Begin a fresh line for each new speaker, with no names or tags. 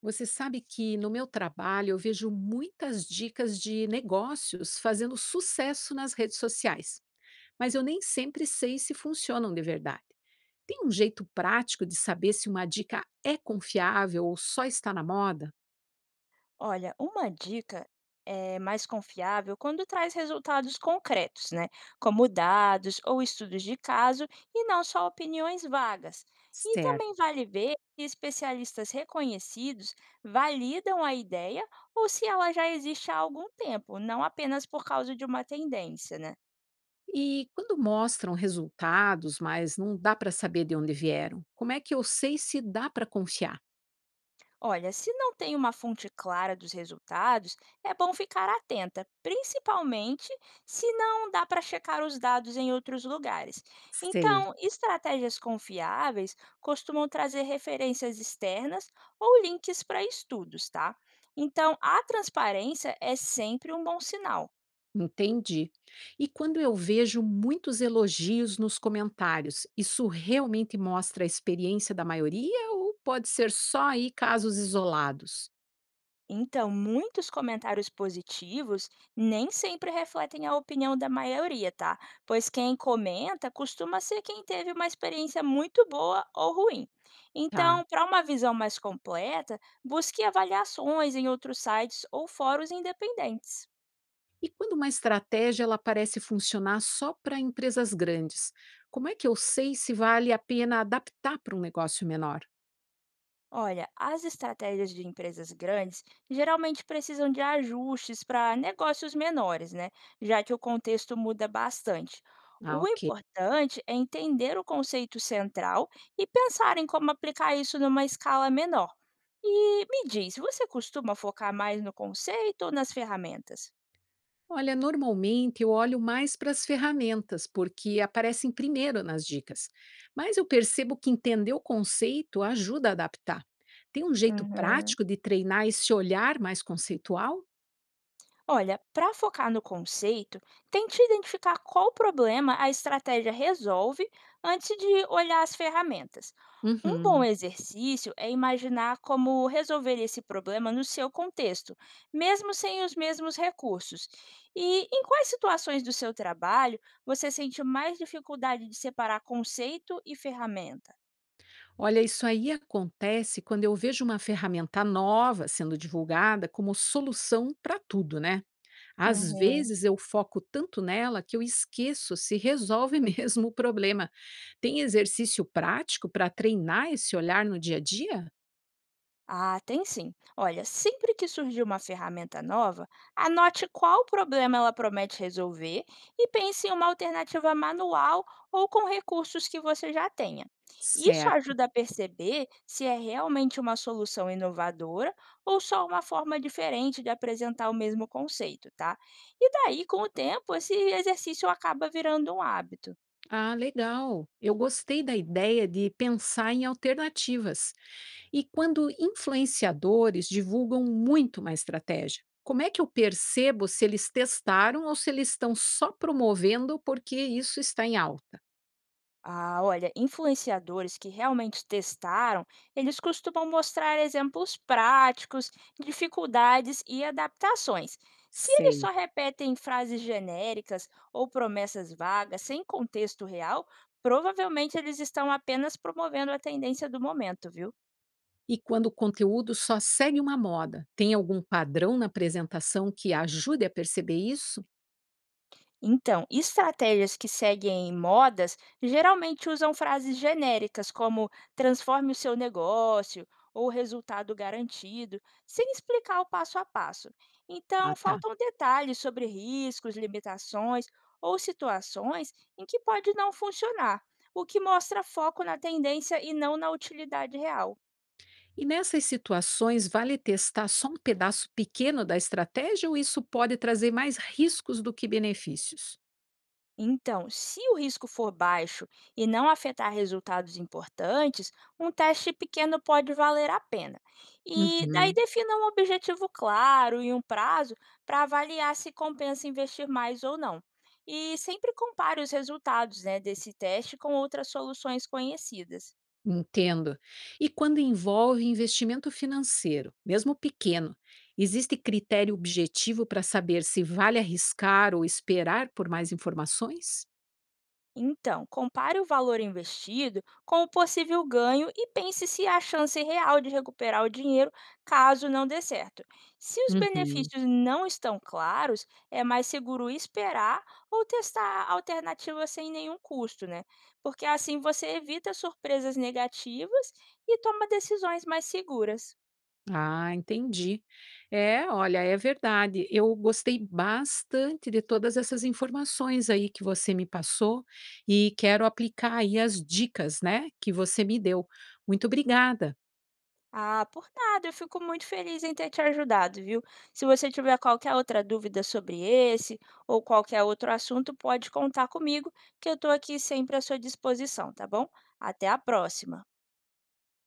Você sabe que no meu trabalho eu vejo muitas dicas de negócios fazendo sucesso nas redes sociais, mas eu nem sempre sei se funcionam de verdade. Tem um jeito prático de saber se uma dica é confiável ou só está na moda?
Olha, uma dica é mais confiável quando traz resultados concretos, né? Como dados ou estudos de caso e não só opiniões vagas. E
Certo.
também vale ver se especialistas reconhecidos validam a ideia ou se ela já existe há algum tempo, não apenas por causa de uma tendência, né?
E quando mostram resultados, mas não dá para saber de onde vieram, como é que eu sei se dá para confiar?
Olha, se não tem uma fonte clara dos resultados, é bom ficar atenta, principalmente se não dá para checar os dados em outros lugares.
Sei.
Então, estratégias confiáveis costumam trazer referências externas ou links para estudos, tá? Então, a transparência é sempre um bom sinal.
Entendi. E quando eu vejo muitos elogios nos comentários, isso realmente mostra a experiência da maioria ou pode ser só aí casos isolados?
Então, muitos comentários positivos nem sempre refletem a opinião da maioria, tá? Pois quem comenta costuma ser quem teve uma experiência muito boa ou ruim.
Tá.
Então, para uma visão mais completa, busque avaliações em outros sites ou fóruns independentes.
E quando uma estratégia ela parece funcionar só para empresas grandes, como é que eu sei se vale a pena adaptar para um negócio menor?
Olha, as estratégias de empresas grandes geralmente precisam de ajustes para negócios menores, né? Já que o contexto muda bastante.
Ah,
O
ok.
importante é entender o conceito central e pensar em como aplicar isso numa escala menor. E me diz, você costuma focar mais no conceito ou nas ferramentas?
Olha, normalmente eu olho mais para as ferramentas, porque aparecem primeiro nas dicas. Mas eu percebo que entender o conceito ajuda a adaptar. Tem um jeito
Uhum.
prático de treinar esse olhar mais conceitual?
Olha, para focar no conceito, tente identificar qual problema a estratégia resolve antes de olhar as ferramentas. Um bom
Uhum.
exercício é imaginar como resolver esse problema no seu contexto, mesmo sem os mesmos recursos. E em quais situações do seu trabalho você sente mais dificuldade de separar conceito e ferramenta?
Olha, isso aí acontece quando eu vejo uma ferramenta nova sendo divulgada como solução para tudo, né? Às
Uhum.
vezes eu foco tanto nela que eu esqueço se resolve mesmo o problema. Tem exercício prático para treinar esse olhar no dia a dia?
Ah, tem sim. Olha, sempre que surgir uma ferramenta nova, anote qual problema ela promete resolver e pense em uma alternativa manual ou com recursos que você já tenha. Isso
Certo.
ajuda a perceber se é realmente uma solução inovadora ou só uma forma diferente de apresentar o mesmo conceito, tá? E daí, com o tempo, esse exercício acaba virando um hábito.
Ah, legal. Eu gostei da ideia de pensar em alternativas. E quando influenciadores divulgam muito uma estratégia, como é que eu percebo se eles testaram ou se eles estão só promovendo porque isso está em alta?
Ah, olha, influenciadores que realmente testaram, eles costumam mostrar exemplos práticos, dificuldades e adaptações. Se eles
Sei.
só repetem frases genéricas ou promessas vagas sem contexto real, provavelmente eles estão apenas promovendo a tendência do momento, viu?
E quando o conteúdo só segue uma moda, tem algum padrão na apresentação que ajude a perceber isso?
Então, estratégias que seguem modas geralmente usam frases genéricas como transforme o seu negócio ou resultado garantido, sem explicar o passo a passo.
Ah,
Então,
tá.
faltam detalhes sobre riscos, limitações ou situações em que pode não funcionar, o que mostra foco na tendência e não na utilidade real.
E nessas situações, vale testar só um pedaço pequeno da estratégia ou isso pode trazer mais riscos do que benefícios?
Então, se o risco for baixo e não afetar resultados importantes, um teste pequeno pode valer a pena. E daí
Uhum,
defina um objetivo claro e um prazo para avaliar se compensa investir mais ou não. E sempre compare os resultados, né, desse teste com outras soluções conhecidas.
entendo. E quando envolve investimento financeiro, mesmo pequeno, existe critério objetivo para saber se vale arriscar ou esperar por mais informações?
Então, compare o valor investido com o possível ganho e pense se há chance real de recuperar o dinheiro caso não dê certo. Se os
Uhum.
benefícios não estão claros, é mais seguro esperar ou testar alternativas sem nenhum custo, né? Porque assim você evita surpresas negativas e toma decisões mais seguras.
Ah, entendi. É, olha, é verdade. Eu gostei bastante de todas essas informações aí que você me passou e quero aplicar aí as dicas, né, que você me deu. Muito obrigada.
Ah, por nada, eu fico muito feliz em ter te ajudado, viu? Se você tiver qualquer outra dúvida sobre esse ou qualquer outro assunto, pode contar comigo, que eu estou aqui sempre à sua disposição, tá bom? Até a próxima!